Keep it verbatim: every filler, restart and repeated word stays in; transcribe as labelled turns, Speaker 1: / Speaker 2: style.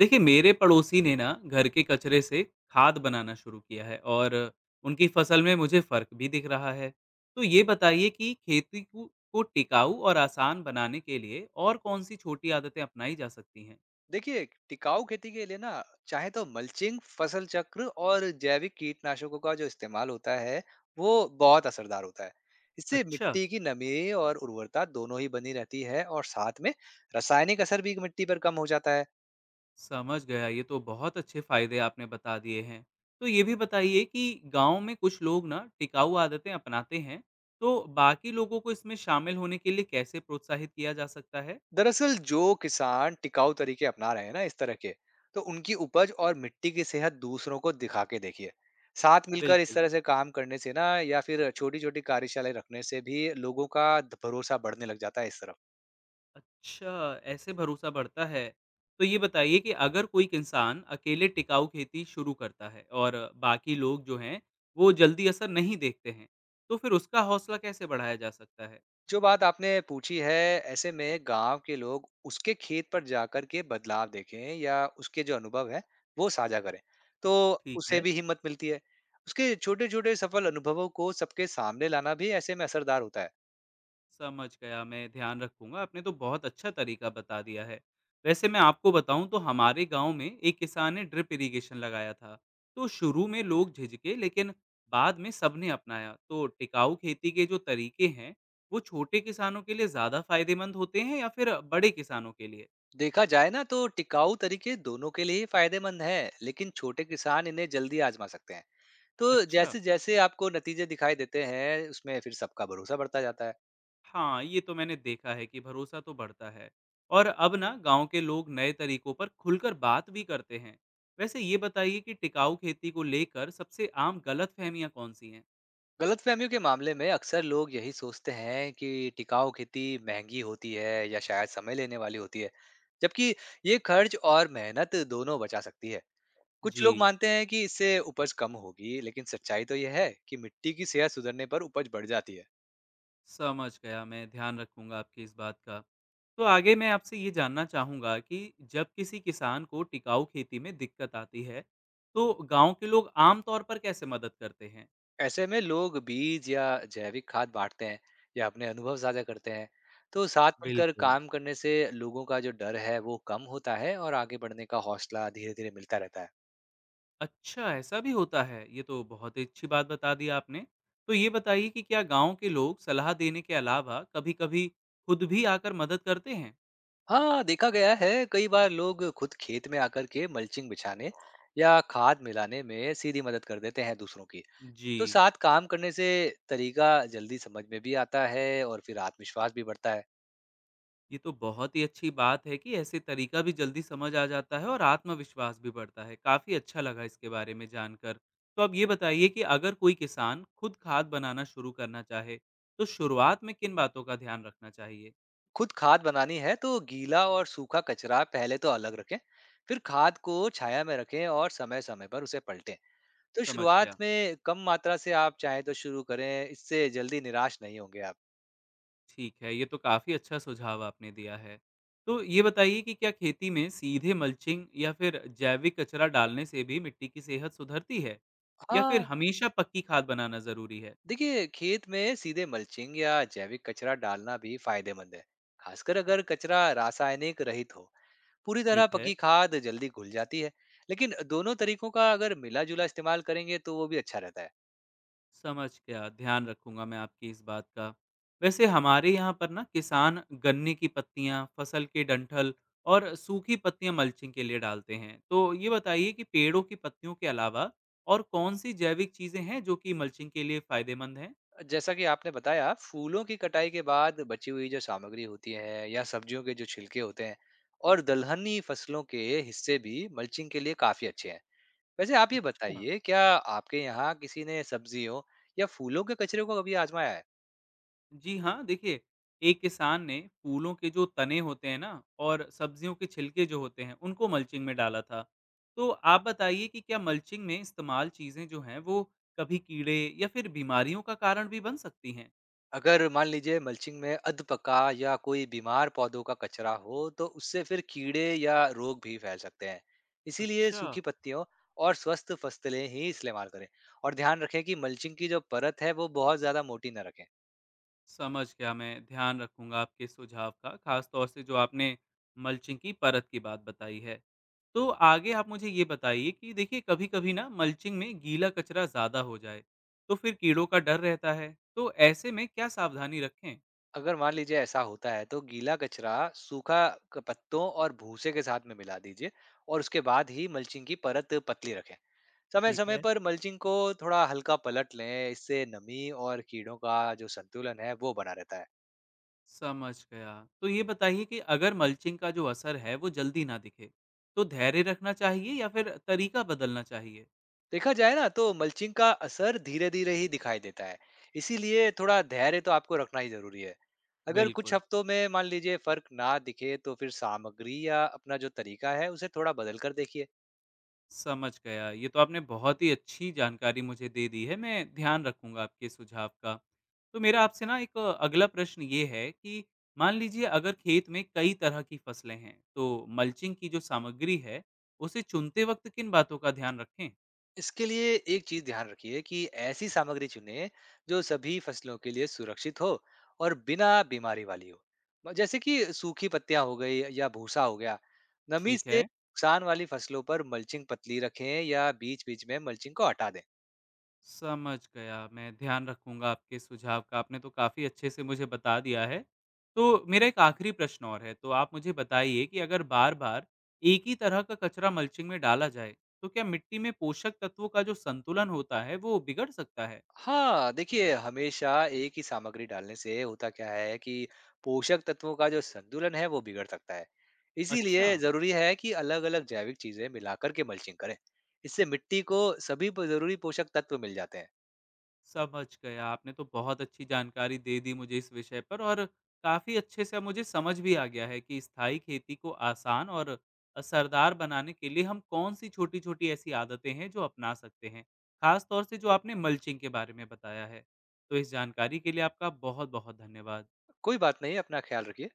Speaker 1: देखिए मेरे पड़ोसी ने ना घर के कचरे से खाद बनाना शुरू किया है और उनकी फसल में मुझे फर्क भी दिख रहा है। तो ये बताइए कि खेती को को टिकाऊ और आसान बनाने के लिए और कौन सी छोटी आदतें अपनाई जा सकती हैं।
Speaker 2: देखिए, टिकाऊ खेती के लिए ना चाहे तो मल्चिंग, फसल चक्र और जैविक कीटनाशकों का जो इस्तेमाल होता है, वो बहुत असरदार होता है। इससे
Speaker 1: अच्छा,
Speaker 2: मिट्टी की नमी और उर्वरता दोनों ही बनी रहती है और साथ में रासायनिक असर भी मिट्टी पर कम हो जाता है।
Speaker 1: समझ गया। ये तो बहुत अच्छे फायदे आपने बता दिए हैं। तो ये भी बताइए कि गांव में कुछ लोग ना टिकाऊ आदतें अपनाते हैं, तो बाकी लोगों को इसमें शामिल होने के लिए कैसे प्रोत्साहित किया जा सकता है।
Speaker 2: दरअसल जो किसान टिकाऊ तरीके अपना रहे हैं ना इस तरह के, तो उनकी उपज और मिट्टी की सेहत दूसरों को दिखा के देखिए। साथ मिलकर इस
Speaker 1: बिल्कुल।
Speaker 2: तरह से काम करने से ना या फिर छोटी-छोटी कार्यशालाएँ रखने से भी लोगों का द भरोसा बढ़ने लग जाता है इस तरफ।
Speaker 1: अच्छा, ऐसे भरोसा बढ़ता है। तो ये बताइए कि अगर कोई एक इंसान अकेले टिकाऊ खेती शुरू करता है और बाकी लोग जो हैं, वो जल्दी असर नहीं देखते हैं, तो फिर उसका हौसला कैसे बढ़ाया जा सकता है?
Speaker 2: जो बात आपने पूछी है ऐसे में गांव के लोग उसके खेत पर जाकर के बदलाव देखें या उसके जो अनुभव है वो साझा करें तो
Speaker 1: ठीक
Speaker 2: उससे
Speaker 1: है।
Speaker 2: भी हिम्मत मिलती है। उसके छोटे छोटे सफल अनुभवों को सबके सामने लाना भी ऐसे में असरदार होता है।
Speaker 1: समझ गया, मैं ध्यान रखूँगा। आपने तो बहुत अच्छा तरीका बता दिया है। वैसे मैं आपको बताऊँ तो हमारे गाँव में एक किसान ने ड्रिप इरिगेशन लगाया था। तो शुरू में लोग झिझके लेकिन बाद में सबने अपनाया। तो टिकाऊ खेती के जो तरीके हैं, वो छोटे किसानों के लिए ज़्यादा फायदेमंद होते हैं या फिर बड़े किसानों के लिए?
Speaker 2: देखा जाए ना तो टिकाऊ तरीके दोनों के लिए ही फायदेमंद है लेकिन छोटे किसान इन्हें जल्दी आजमा सकते हैं। तो
Speaker 1: अच्छा।
Speaker 2: जैसे जैसे आपको नतीजे दिखाई देते हैं उसमें फिर सबका भरोसा बढ़ता जाता है।
Speaker 1: हाँ, ये तो मैंने देखा है कि भरोसा तो बढ़ता है और अब ना गांव के लोग नए तरीकों पर खुलकर बात भी करते हैं। वैसे ये बताइए कि टिकाऊ खेती को लेकर सबसे आम गलतफहमियां कौन सी हैं?
Speaker 2: गलतफहमियों के मामले में अक्सर लोग यही सोचते हैं कि टिकाऊ खेती महंगी होती है या शायद समय लेने वाली होती है, जबकि ये खर्च और मेहनत दोनों बचा सकती है। कुछ लोग
Speaker 1: जी,
Speaker 2: मानते हैं कि इससे उपज कम होगी, लेकिन सच्चाई तो यह है कि मिट्टी की सेहत सुधरने पर उपज बढ़ जाती है।
Speaker 1: समझ गया। मैं ध्यान रखूंगा आपकी इस बात का। तो आगे मैं आपसे ये जानना चाहूंगा कि जब किसी किसान को टिकाऊ खेती में दिक्कत आती है, तो गांव के लोग आमतौर पर कैसे मदद करते हैं?
Speaker 2: ऐसे में लोग बीज या जैविक खाद बांटते हैं या अपने अनुभव साझा करते हैं। तो साथ मिलकर
Speaker 1: बिल्कुल।
Speaker 2: काम करने से लोगों का जो डर है वो कम होता है और आगे बढ़ने का हौसला धीरे-धीरे मिलता रहता है।
Speaker 1: अच्छा, ऐसा भी होता है। ये तो बहुत ही अच्छी बात बता दी आपने। तो ये बताइए कि क्या गाँव के लोग सलाह देने के अलावा कभी-कभी खुद भी आकर मदद करते हैं?
Speaker 2: हाँ, देखा गया है कई बार लोग खुद खेत में आकर के मल्चिंग बिछाने या खाद मिलाने में सीधी मदद कर देते हैं दूसरों की। तो
Speaker 1: जी,
Speaker 2: साथ काम करने से तरीका जल्दी समझ में भी आता है और फिर आत्मविश्वास भी बढ़ता है।
Speaker 1: ये तो बहुत ही अच्छी बात है कि ऐसे तरीका भी जल्दी समझ आ जाता है और आत्मविश्वास भी बढ़ता है। काफ़ी अच्छा लगा इसके बारे में जानकर। तो अब ये बताइए कि अगर कोई किसान खुद खाद बनाना शुरू करना चाहे, तो शुरुआत में किन बातों का ध्यान रखना चाहिए?
Speaker 2: खुद खाद बनानी है तो गीला और सूखा कचरा पहले तो अलग रखें। फिर खाद को छाया में रखें और समय समय पर उसे पलटें। तो
Speaker 1: समझ
Speaker 2: शुरुआत
Speaker 1: गया।
Speaker 2: में कम मात्रा से आप चाहें तो शुरू करें, इससे जल्दी निराश नहीं होंगे आप।
Speaker 1: ठीक है, ये तो काफ़ी अच्छा सुझाव आपने दिया है। तो ये बताइए कि क्या खेती में सीधे मल्चिंग या फिर जैविक कचरा डालने से भी मिट्टी की सेहत सुधरती है? या फिर
Speaker 2: हाँ,
Speaker 1: हमेशा पक्की खाद बनाना ज़रूरी है?
Speaker 2: देखिए खेत में सीधे मल्चिंग या जैविक कचरा डालना भी फायदेमंद है, खासकर अगर कचरा रासायनिक रहित हो। पूरी तरह
Speaker 1: ठीक है,
Speaker 2: पकी खाद जल्दी घुल जाती है, लेकिन दोनों तरीकों का अगर मिला जुला इस्तेमाल करेंगे तो वो भी अच्छा रहता है।
Speaker 1: समझ गया, ध्यान रखूँगा मैं आपकी इस बात का। वैसे हमारे यहाँ पर ना किसान गन्ने की पत्तियाँ, फसल के डंठल और सूखी पत्तियाँ मल्चिंग के लिए डालते हैं। तो ये बताइए कि पेड़ों की पत्तियों के अलावा और कौन-सी जैविक चीज़ें हैं जो कि मल्चिंग के लिए फ़ायदेमंद हैं?
Speaker 2: जैसा कि आपने बताया फूलों की कटाई के बाद बची हुई जो सामग्री होती है या सब्जियों के जो छिलके होते हैं और दलहनी फसलों के हिस्से भी मल्चिंग के लिए काफी अच्छे हैं। वैसे आप ये
Speaker 1: अच्छा।
Speaker 2: बताइए, क्या आपके यहाँ किसी ने सब्जियों या फूलों के कचरे को कभी आजमाया है?
Speaker 1: जी हाँ, देखिए एक किसान ने फूलों के जो तने होते हैं ना और सब्जियों के छिलके जो होते हैं उनको मल्चिंग में डाला था। तो आप बताइए कि क्या मल्चिंग में इस्तेमाल चीजें जो हैं वो कभी कीड़े या फिर बीमारियों का कारण भी बन सकती हैं?
Speaker 2: अगर मान लीजिए मल्चिंग में अधपका या कोई बीमार पौधों का कचरा हो तो उससे फिर कीड़े या रोग भी फैल सकते हैं। इसीलिए
Speaker 1: अच्छा,
Speaker 2: सूखी पत्तियों और स्वस्थ फसलें ही इस्तेमाल करें और ध्यान रखें कि मल्चिंग की जो परत है वो बहुत ज्यादा मोटी ना रखें।
Speaker 1: समझ गया। मैं ध्यान रखूंगा आपके सुझाव का, खास तौर से जो आपने मल्चिंग की परत की बात बताई है। तो आगे आप मुझे ये बताइए कि देखिए कभी कभी ना मल्चिंग में गीला कचरा ज़्यादा हो जाए तो फिर कीड़ों का डर रहता है, तो ऐसे में क्या सावधानी रखें।
Speaker 2: अगर मान लीजिए ऐसा होता है तो गीला कचरा सूखा क- पत्तों और भूसे के साथ में मिला दीजिए और उसके बाद ही मल्चिंग की परत पतली रखें। समय
Speaker 1: ठीक
Speaker 2: समय
Speaker 1: है,
Speaker 2: पर मल्चिंग को थोड़ा हल्का पलट लें, इससे नमी और कीड़ों का जो संतुलन है वो बना रहता है।
Speaker 1: समझ गया। तो ये बताइए कि अगर मल्चिंग का जो असर है वो जल्दी ना दिखे तो धैर्य रखना चाहिए या फिर तरीका बदलना चाहिए।
Speaker 2: देखा जाए ना तो मल्चिंग का असर धीरे धीरे ही दिखाई देता है। इसीलिए थोड़ा धैर्य तो आपको रखना ही जरूरी है। अगर कुछ
Speaker 1: बिल्कुल,
Speaker 2: हफ्तों में मान लीजिए फर्क ना दिखे तो फिर सामग्री या अपना जो तरीका है उसे थोड़ा बदल कर देखिए।
Speaker 1: समझ गया। ये तो आपने बहुत ही अच्छी जानकारी मुझे दे दी है, मैं ध्यान रखूँगा आपके सुझाव का। तो मेरा आपसे ना एक अगला प्रश्न ये है कि मान लीजिए अगर खेत में कई तरह की फसलें हैं, तो मल्चिंग की जो सामग्री है, उसे चुनते वक़्त किन बातों का ध्यान रखें?
Speaker 2: इसके लिए एक चीज ध्यान रखिए कि ऐसी सामग्री चुने जो सभी फसलों के लिए सुरक्षित हो और बिना बीमारी वाली हो। म- जैसे कि सूखी पत्तियां हो गई या भूसा हो गया। नमी
Speaker 1: ठीक
Speaker 2: से
Speaker 1: है।
Speaker 2: नुकसान वाली फसलों पर मल्चिंग पतली रखें या बीच बीच में मल्चिंग को हटा दें।
Speaker 1: समझ गया, मैं ध्यान रखूँगा आपके सुझाव का, आपने तो काफ़ी अच्छे से मुझे बता दिया है। तो मेरा एक आखिरी प्रश्न और है, तो आप मुझे बताइए कि अगर बार-बार एक ही तरह का कचरा मल्चिंग में डाला जाए, तो क्या मिट्टी में पोषक तत्वों का जो संतुलन होता है, वो बिगड़ सकता है?
Speaker 2: हाँ, देखिए हमेशा एक ही सामग्री डालने से होता क्या है कि पोषक तत्वों का जो संतुलन है वो बिगड़ सकता है।
Speaker 1: अच्छा।
Speaker 2: इसीलिए ज़रूरी है कि अलग-अलग जैविक चीज़ें मिलाकर के मल्चिंग करें। इससे मिट्टी को सभी प ज़रूरी पोषक तत्व मिल जाते हैं।
Speaker 1: समझ गया। आपने तो बहुत अच्छी जानकारी दे दी मुझे इस विषय पर और काफ़ी अच्छे से अब मुझे समझ भी आ गया है कि स्थायी खेती को आसान और असरदार बनाने के लिए हम कौन-सी छोटी-छोटी ऐसी आदतें हैं जो अपना सकते हैं। ख़ास तौर से जो आपने मल्चिंग के बारे में बताया है। तो इस जानकारी के लिए आपका बहुत-बहुत धन्यवाद।
Speaker 2: कोई बात नहीं, अपना ख्याल रखिए।